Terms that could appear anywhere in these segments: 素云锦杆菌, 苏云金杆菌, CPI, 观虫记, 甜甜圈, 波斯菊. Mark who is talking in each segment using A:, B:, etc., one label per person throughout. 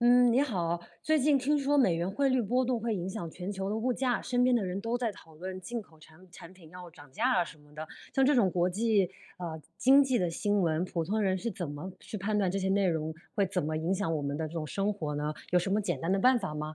A: 嗯，你好。最近听说美元汇率波动会影响全球的物价，身边的人都在讨论进口产品要涨价啊什么的。像这种国际经济的新闻，普通人是怎么去判断这些内容会怎么影响我们的这种生活呢？有什么简单的办法吗？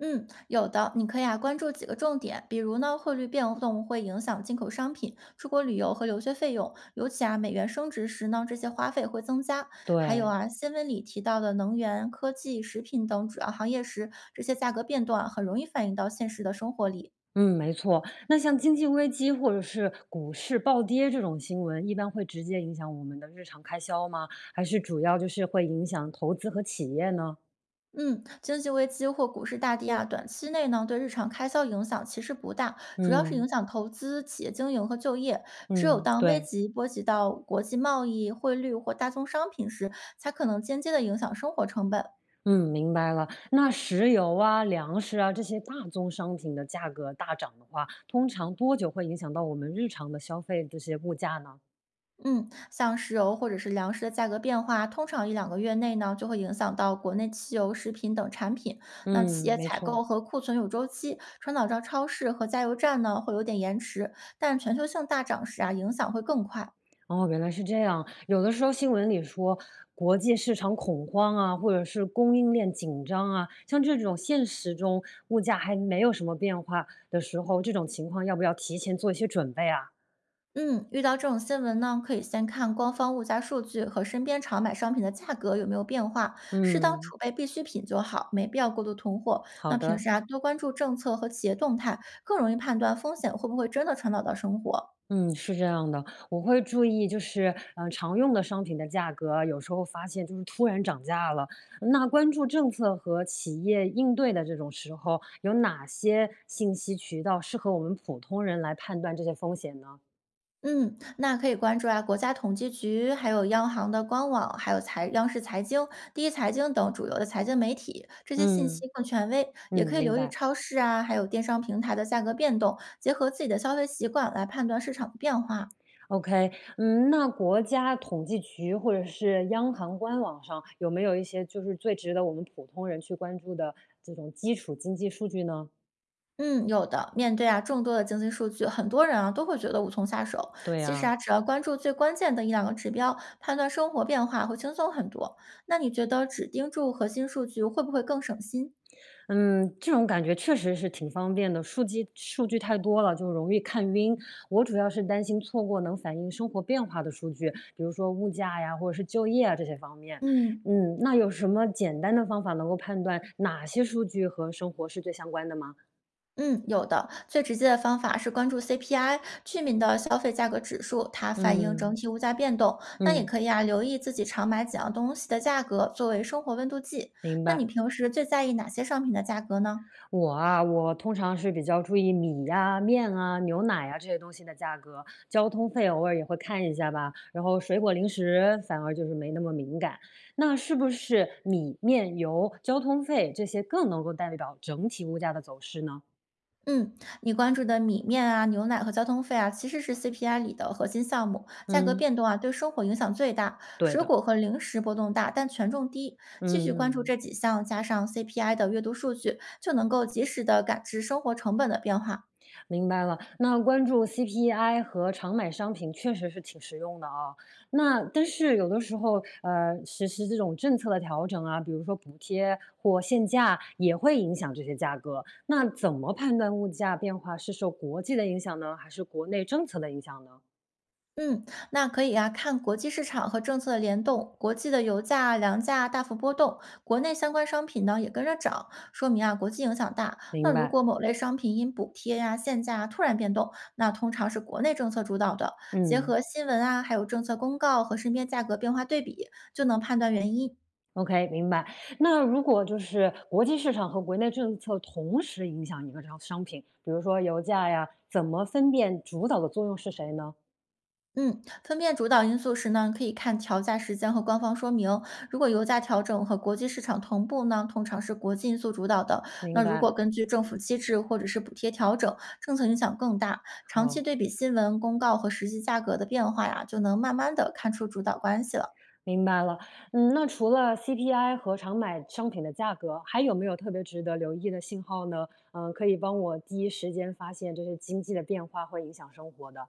B: 嗯，有的，你可以啊关注几个重点，比如呢，汇率变动会影响进口商品、出国旅游和留学费用，尤其啊美元升值时呢，这些花费会增加。还有
A: 对，
B: 啊，新闻里提到的能源、科技、食品等主要行业时，这些价格变动啊很容易反映到现实的生活里。
A: 嗯，没错。那像经济危机或者是股市暴跌这种新闻，一般会直接影响我们的日常开销吗？还是主要就是会影响投资和企业呢？
B: 嗯，经济危机或股市大跌啊，短期内呢对日常开销影响其实不大，主要是影
A: 嗯
B: 响投资、企业经营和就业。只有
A: 嗯，
B: 当危
A: 对。
B: 及波及到国际贸易、汇率或大宗商品时，才可能间接的影响生活成本。
A: 嗯，明白了。那石油啊、粮食啊这些大宗商品的价格大涨的话，通常多久会影响到我们日常的消费这些物价呢？
B: 嗯，像石油或者是粮食的价格变化，通常一两个月内呢就会影响到国内汽油、食品等产品。那企
A: 嗯，
B: 业
A: 没
B: 采
A: 错。
B: 购和库存有周期，传导到超市和加油站呢会有点延迟，但全球性大涨时啊影响会更快。
A: 哦，原来是这样。有的时候新闻里说国际市场恐慌啊，或者是供应链紧张啊，像这种现实中物价还没有什么变化的时候，这种情况要不要提前做一些准备啊？
B: 嗯，遇到这种新闻呢，可以先看官方物价数据和身边常买商品的价格有没有变化，适当
A: 嗯，
B: 储备必需品就好，没必要过度囤货。
A: 好
B: 那平
A: 的。
B: 时啊，多关注政策和企业动态，更容易判断风险会不会真的传导到生活。
A: 嗯，是这样的，我会注意，就是常用的商品的价格啊，有时候发现就是突然涨价了。那关注政策和企业应对的这种时候，有哪些信息渠道适合我们普通人来判断这些风险呢？
B: 嗯，那可以关注啊，国家统计局，还有央行的官网，还有财央视财经、第一财经等主流的财经媒体，这些信息
A: 嗯
B: 更权威。也
A: 嗯，
B: 可以
A: 明
B: 留意
A: 白。
B: 超市啊，还有电商平台的价格变动，结合自己的消费习惯来判断市场的变化。
A: OK，嗯，那国家统计局或者是央行官网上有没有一些就是最值得我们普通人去关注的这种基础经济数据呢？
B: 嗯，有的。面对啊众多的经济数据，很多人啊都会觉得无从下手。
A: 对
B: 其实
A: 呀、
B: 啊，只要关注最关键的一两个指标，判断生活变化会轻松很多。那你觉得只盯住核心数据会不会更省心？
A: 嗯，这种感觉确实是挺方便的，数据太多了就容易看晕。我主要是担心错过能反映生活变化的数据，比如说物价呀，或者是就业啊这些方面。
B: 嗯
A: 嗯，那有什么简单的方法能够判断哪些数据和生活是最相关的吗？
B: 嗯，有的。最直接的方法是关注 CPI，居民的消费价格指数，它反映整
A: 嗯
B: 体物价变动。那也
A: 嗯，
B: 可以啊，留意自己常买几样东西的价格，作为生活温度计。
A: 明
B: 那你
A: 白。
B: 平时最在意哪些商品的价格呢？
A: 我通常是比较注意米呀、面啊、牛奶呀、这些东西的价格，交通费偶尔也会看一下吧。然后水果零食反而就是没那么敏感。那是不是米、面、油、交通费这些更能够代表整体物价的走势呢？
B: 嗯，你关注的米面啊、牛奶和交通费啊，其实是 CPI 里的核心项目，价格
A: 嗯，
B: 变动啊对生活影响最大。
A: 对
B: 水
A: 的，
B: 果和零食波动大，但权重低。
A: 嗯
B: 继续关注
A: 嗯嗯。
B: 这几项，加上 CPI 的阅读数据，就能够及时的感知生活成本的变化。
A: 明白了，那关注 CPI 和常买商品确实是挺实用的啊。那但是有的时候，实施这种政策的调整啊，比如说补贴或限价，也会影响这些价格。那怎么判断物价变化是受国际的影响呢，还是国内政策的影响呢？
B: 嗯，那可以啊，看国际市场和政策的联动，国际的油价、粮价大幅波动，国内相关商品呢也跟着涨，说明啊国际影响大。那
A: 明
B: 如
A: 白，
B: 果某类商品因补贴呀、限价啊突然变动，那通常是国内政策主导的。结
A: 嗯
B: 合新闻啊，还有政策公告和身边价格变化对比，就能判断原因。
A: ，OK，明白。那如果就是国际市场和国内政策同时影响一个商品，比如说油价呀，怎么分辨主导的作用是谁呢？
B: 嗯，分辨主导因素时呢，可以看调价时间和官方说明。如果油价调整和国际市场同步呢，通常是国际因素主导的。
A: 明
B: 那如果
A: 白。
B: 根据政府机制或者是补贴调整，政策影响更大。长期
A: 好，
B: 对比新闻、公告和实际价格的变化呀，就能慢慢的看出主导关系了。
A: 明白了。嗯，那除了 CPI 和常买商品的价格，还有没有特别值得留意的信号呢？嗯，可以帮我第一时间发现这些经济的变化会影响生活的。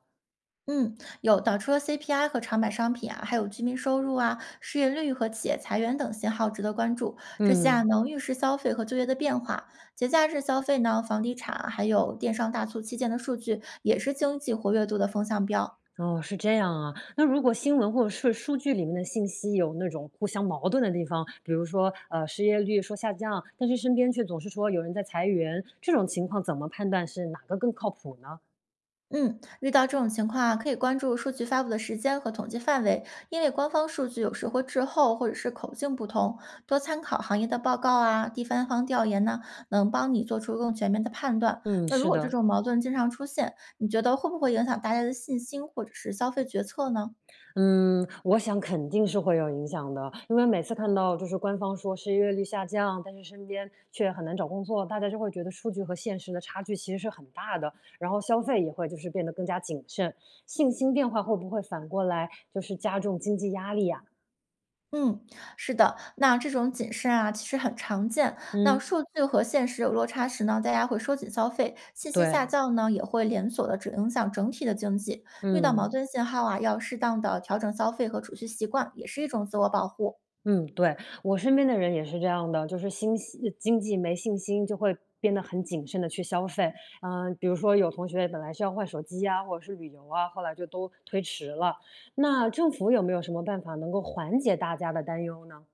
B: 嗯，有导出了 CPI 和长板商品啊，还有居民收入啊、失业率和企业裁员等信号值得关注。这些啊
A: 嗯，
B: 能预示消费和就业的变化。节假日消费呢，房地产啊还有电商大促期间的数据，也是经济活跃度的风向标。
A: 哦，是这样啊。那如果新闻或者是数据里面的信息有那种互相矛盾的地方，比如说失业率说下降，但是身边却总是说有人在裁员，这种情况怎么判断是哪个更靠谱呢？
B: 嗯，遇到这种情况啊，可以关注数据发布的时间和统计范围，因为官方数据有时会滞后或者是口径不同，多参考行业的报告啊、第三方调研呢，能帮你做出更全面的判断。
A: 嗯，
B: 那如
A: 是
B: 果这
A: 的。
B: 种矛盾经常出现，你觉得会不会影响大家的信心或者是消费决策呢？
A: 嗯，我想肯定是会有影响的，因为每次看到就是官方说失业率下降，但是身边却很难找工作，大家就会觉得数据和现实的差距其实是很大的，然后消费也会就是变得更加谨慎，信心变化会不会反过来就是加重经济压力呀？
B: 嗯，是的，那这种谨慎啊，其实很常见。那
A: 嗯，
B: 数据和现实有落差时呢，大家会收紧消费，信心下
A: 对，
B: 降呢，也会连锁的只影响整体的经济。遇到矛
A: 嗯。
B: 盾信号啊，要适当的调整消费和储蓄习惯，也是一种自我保护。
A: 嗯，对，我身边的人也是这样的，就是信息经济没信心，就会变得很谨慎的去消费。嗯、比如说有同学本来是要换手机啊，或者是旅游啊，后来就都推迟了。那政府有没有什么办法能够缓解大家的担忧呢？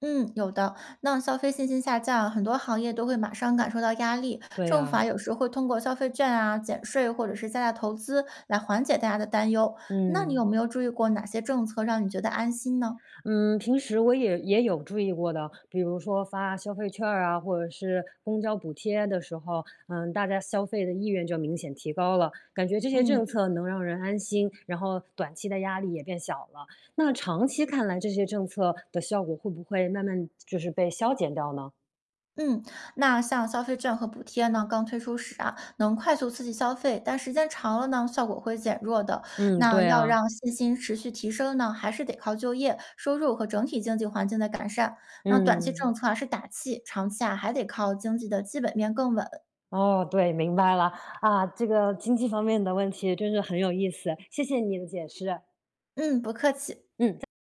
B: 嗯，有的。那消费信心下降，很多行业都会马上感受到压力。
A: 对
B: 政府啊，
A: 呀、
B: 有时会通过消费券啊、减税或者是加大投资来缓解大家的担忧。那你
A: 嗯。
B: 有没有注意过哪些政策让你觉得安心呢？
A: 嗯，平时我也有注意过的，比如说发消费券儿啊，或者是公交补贴的时候，嗯，大家消费的意愿就明显提高了，感觉这些政
B: 嗯。
A: 策能让人安心，然后短期的压力也变小了。那长期看来，这些政策的效果会不会慢慢就是被消减掉呢？
B: 嗯，那像消费券和补贴呢，刚推出时啊，能快速刺激消费，但时间长了呢，效果会减弱的。
A: 嗯，
B: 那
A: 对
B: 要
A: 啊，
B: 让信心持续提升呢，还是得靠就业、收入和整体经济环境的改善。那短期政
A: 嗯，
B: 策啊是打气，长期啊还得靠经济的基本面更稳。
A: 哦，对，明白了啊，这个经济方面的问题真是很有意思，谢谢你的解释，
B: 嗯，不客气。
A: 嗯。